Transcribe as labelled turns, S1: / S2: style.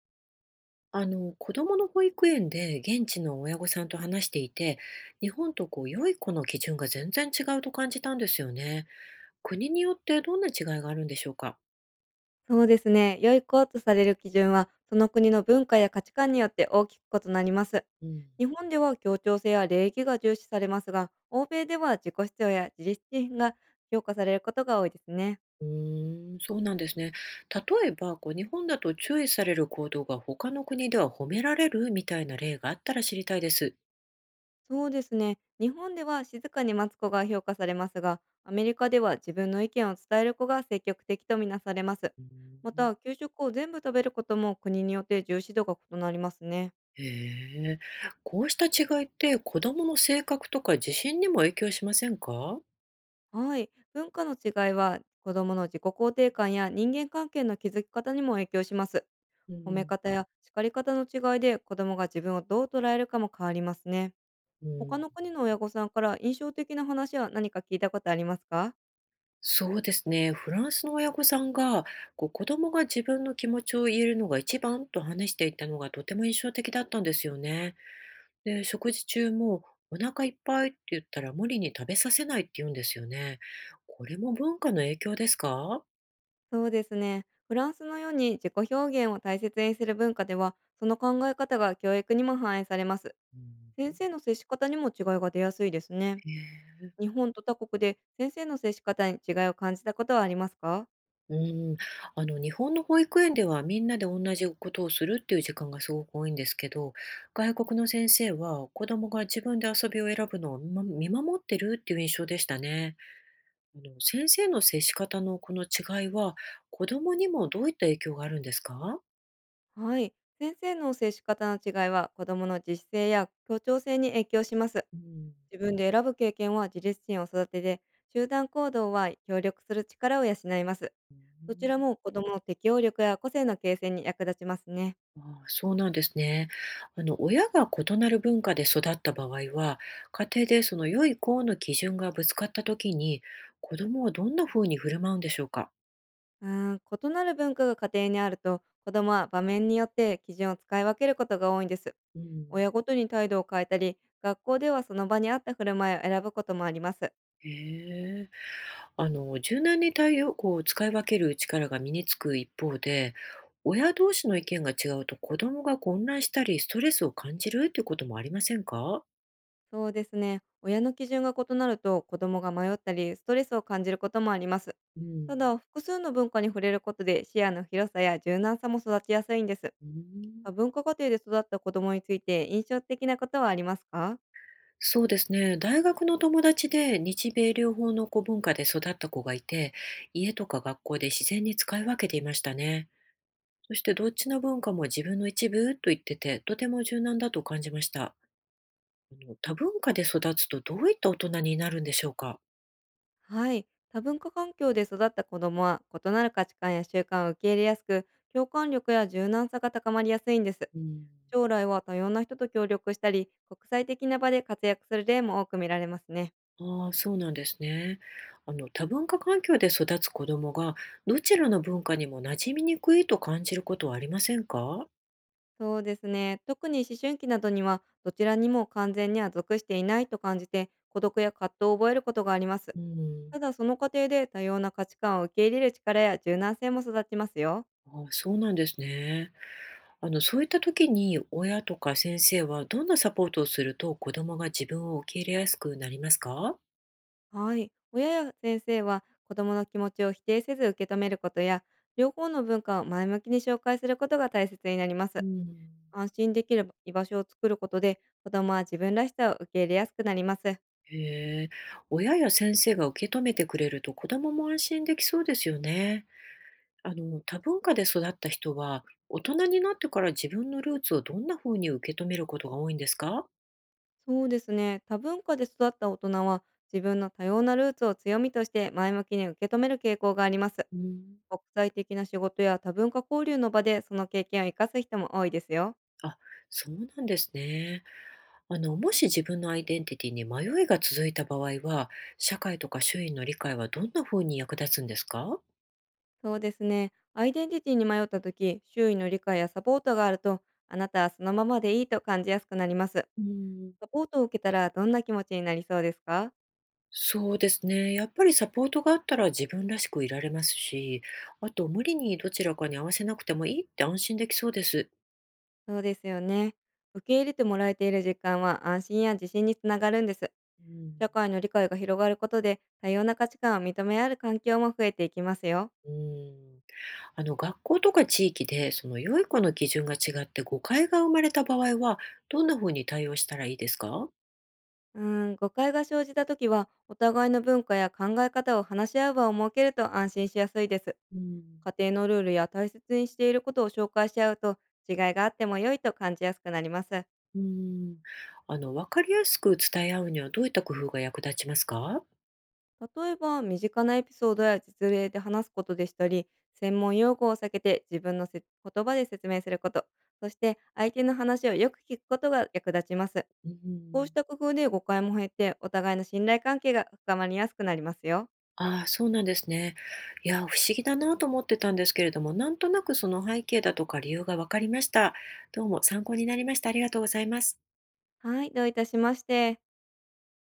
S1: 子供の保育園で現地の親御さんと話していて、日本と良い子の基準が全然違うと感じたんですよね。国によってどんな違いがあるんでしょうか。
S2: そうですね。良い子とされる基準は、その国の文化や価値観によって大きく異なります。
S1: うん。
S2: 日本では協調性や礼儀が重視されますが、欧米では自己主張や自立心が評価されることが多いですね。
S1: そうなんですね。例えば、日本だと注意される行動が他の国では褒められるみたいな例があったら知りたいです。
S2: そうですね。日本では静かに待つ子が評価されますが、アメリカでは自分の意見を伝える子が積極的とみなされます。
S1: う
S2: ま
S1: ん。
S2: た、給食を全部食べることも国によって重視度が異なりますね。
S1: へえ、こうした違いって子供の性格とか自信にも影響しませんか？
S2: はい。文化の違いは、子供の自己肯定感や人間関係の築き方にも影響します。
S1: う
S2: 褒め
S1: ん。
S2: 方や叱り方の違いで、子供が自分をどう捉えるかも変わりますね。
S1: う
S2: 他
S1: ん。
S2: の国の親御さんから印象的な話は何か聞いたことありますか？
S1: そうですね。フランスの親御さんが、こう子供が自分の気持ちを言えるのが一番と話していたのがとても印象的だったんですよね。で、食事中もお腹いっぱいって言ったら無理に食べさせないって言うんですよね。これも文化の影響ですか？
S2: そうですね。フランスのように自己表現を大切にする文化では、その考え方が教育にも反映されます。
S1: う
S2: 先
S1: ん。
S2: 生の接し方にも違いが出やすいですね。日本と他国で先生の接し方に違いを感じたことはありますか？
S1: うん、日本の保育園ではみんなで同じことをするっていう時間がすごく多いんですけど、外国の先生は子供が自分で遊びを選ぶのを見守ってるっていう印象でしたね。先生の接し方のこの違いは、子供にもどういった影響があるんですか？
S2: はい。先生の接し方の違いは子どもの自主性や協調性に影響します。
S1: うん。
S2: 自分で選ぶ経験は自立心を育てて、集団行動は協力する力を養います。どちらも子どもの適応力や個性の形成に役立ちますね。
S1: ああ、そうなんですね。親が異なる文化で育った場合は、家庭でその良い子の基準がぶつかった時に、子供はどんな風に振る舞うんでしょうか？
S2: うーん、異なる文化が家庭にあると、子どもは場面によって基準を使い分けることが多いんです。
S1: う
S2: 親
S1: ん。
S2: ごとに態度を変えたり、学校ではその場に合った振る舞いを選ぶこともあります。
S1: へえ。柔軟に対応こう使い分ける力が身につく一方で、親同士の意見が違うと子供が混乱したりストレスを感じるっていうこともありませんか？
S2: そうですね。親の基準が異なると子供が迷ったりストレスを感じることもあります。
S1: う
S2: た
S1: ん。
S2: だ、複数の文化に触れることで視野の広さや柔軟さも育ちやすいんです。
S1: うん。
S2: 多文化家庭で育った子供について印象的なことはありますか？
S1: そうですね。大学の友達で日米両方の子文化で育った子がいて、家とか学校で自然に使い分けていましたね。そしてどっちの文化も自分の一部と言ってて、とても柔軟だと感じました。多文化で育つとどういった大人になるんでしょうか。
S2: はい。多文化環境で育った子供は異なる価値観や習慣を受け入れやすく、共感力や柔軟さが高まりやすいんです。
S1: うん。
S2: 将来は多様な人と協力したり、国際的な場で活躍する例も多く見られますね。
S1: ああ、そうなんですね。多文化環境で育つ子供が、どちらの文化にも馴染みにくいと感じることはありませんか？
S2: そうですね。特に思春期などには、どちらにも完全には属していないと感じて、孤独や葛藤を覚えることがあります。
S1: うん。
S2: ただ、その過程で多様な価値観を受け入れる力や柔軟性も育ちますよ。
S1: ああ、そうなんですね。そういった時に親とか先生はどんなサポートをすると子供が自分を受け入れやすくなりますか？
S2: はい。親や先生は、子供の気持ちを否定せず受け止めることや、両方の文化を前向きに紹介することが大切になりま
S1: う
S2: す。
S1: ん。
S2: 安心できる居場所を作ることで、子供は自分らしさを受け入れやすくなります。
S1: へえ、親や先生が受け止めてくれると子供も安心できそうですよね。多文化で育った人は、大人になってから自分のルーツをどんな風に受け止めることが多いんですか？
S2: そうですね。多文化で育った大人は、自分の多様なルーツを強みとして前向きに受け止める傾向があります。
S1: うん。
S2: 国際的な仕事や多文化交流の場でその経験を生かす人も多いですよ。
S1: あ、そうなんですね。もし自分のアイデンティティに迷いが続いた場合は、社会とか周囲の理解はどんな風に役立つんですか？
S2: そうですね。アイデンティティに迷った時、周囲の理解やサポートがあると、あなたはそのままでいいと感じやすくなります。
S1: うん。
S2: サポートを受けたらどんな気持ちになりそうですか？
S1: そうですね。やっぱりサポートがあったら自分らしくいられますし、あと無理にどちらかに合わせなくてもいいって安心できそうです。
S2: そうですよね。受け入れてもらえている実感は安心や自信につながるんです。
S1: うん。
S2: 社会の理解が広がることで、多様な価値観を認め合う環境も増えていきますよ。
S1: うん。学校とか地域でその良い子の基準が違って誤解が生まれた場合はどんなふうに対応したらいいですか？
S2: うーん、誤解が生じたときは、お互いの文化や考え方を話し合う場を設けると安心しやすいです。
S1: うん。
S2: 家庭のルールや大切にしていることを紹介し合うと、違いがあっても良いと感じやすくなります。
S1: うん。分かりやすく伝え合うにはどういった工夫が役立ちますか？
S2: 例えば、身近なエピソードや実例で話すことでしたり、専門用語を避けて自分のせ言葉で説明すること、そして相手の話をよく聞くことが役立ちます。
S1: う
S2: こうし
S1: ん。
S2: た工夫で誤解も減って、お互いの信頼関係が深まりやすくなりますよ。
S1: ああ、そうなんですね。いや不思議だなと思ってたんですけれどもなんとなくその背景だとか理由が分かりました。どうも参考になりました。ありがとうございます。
S2: はい、どういたしまして。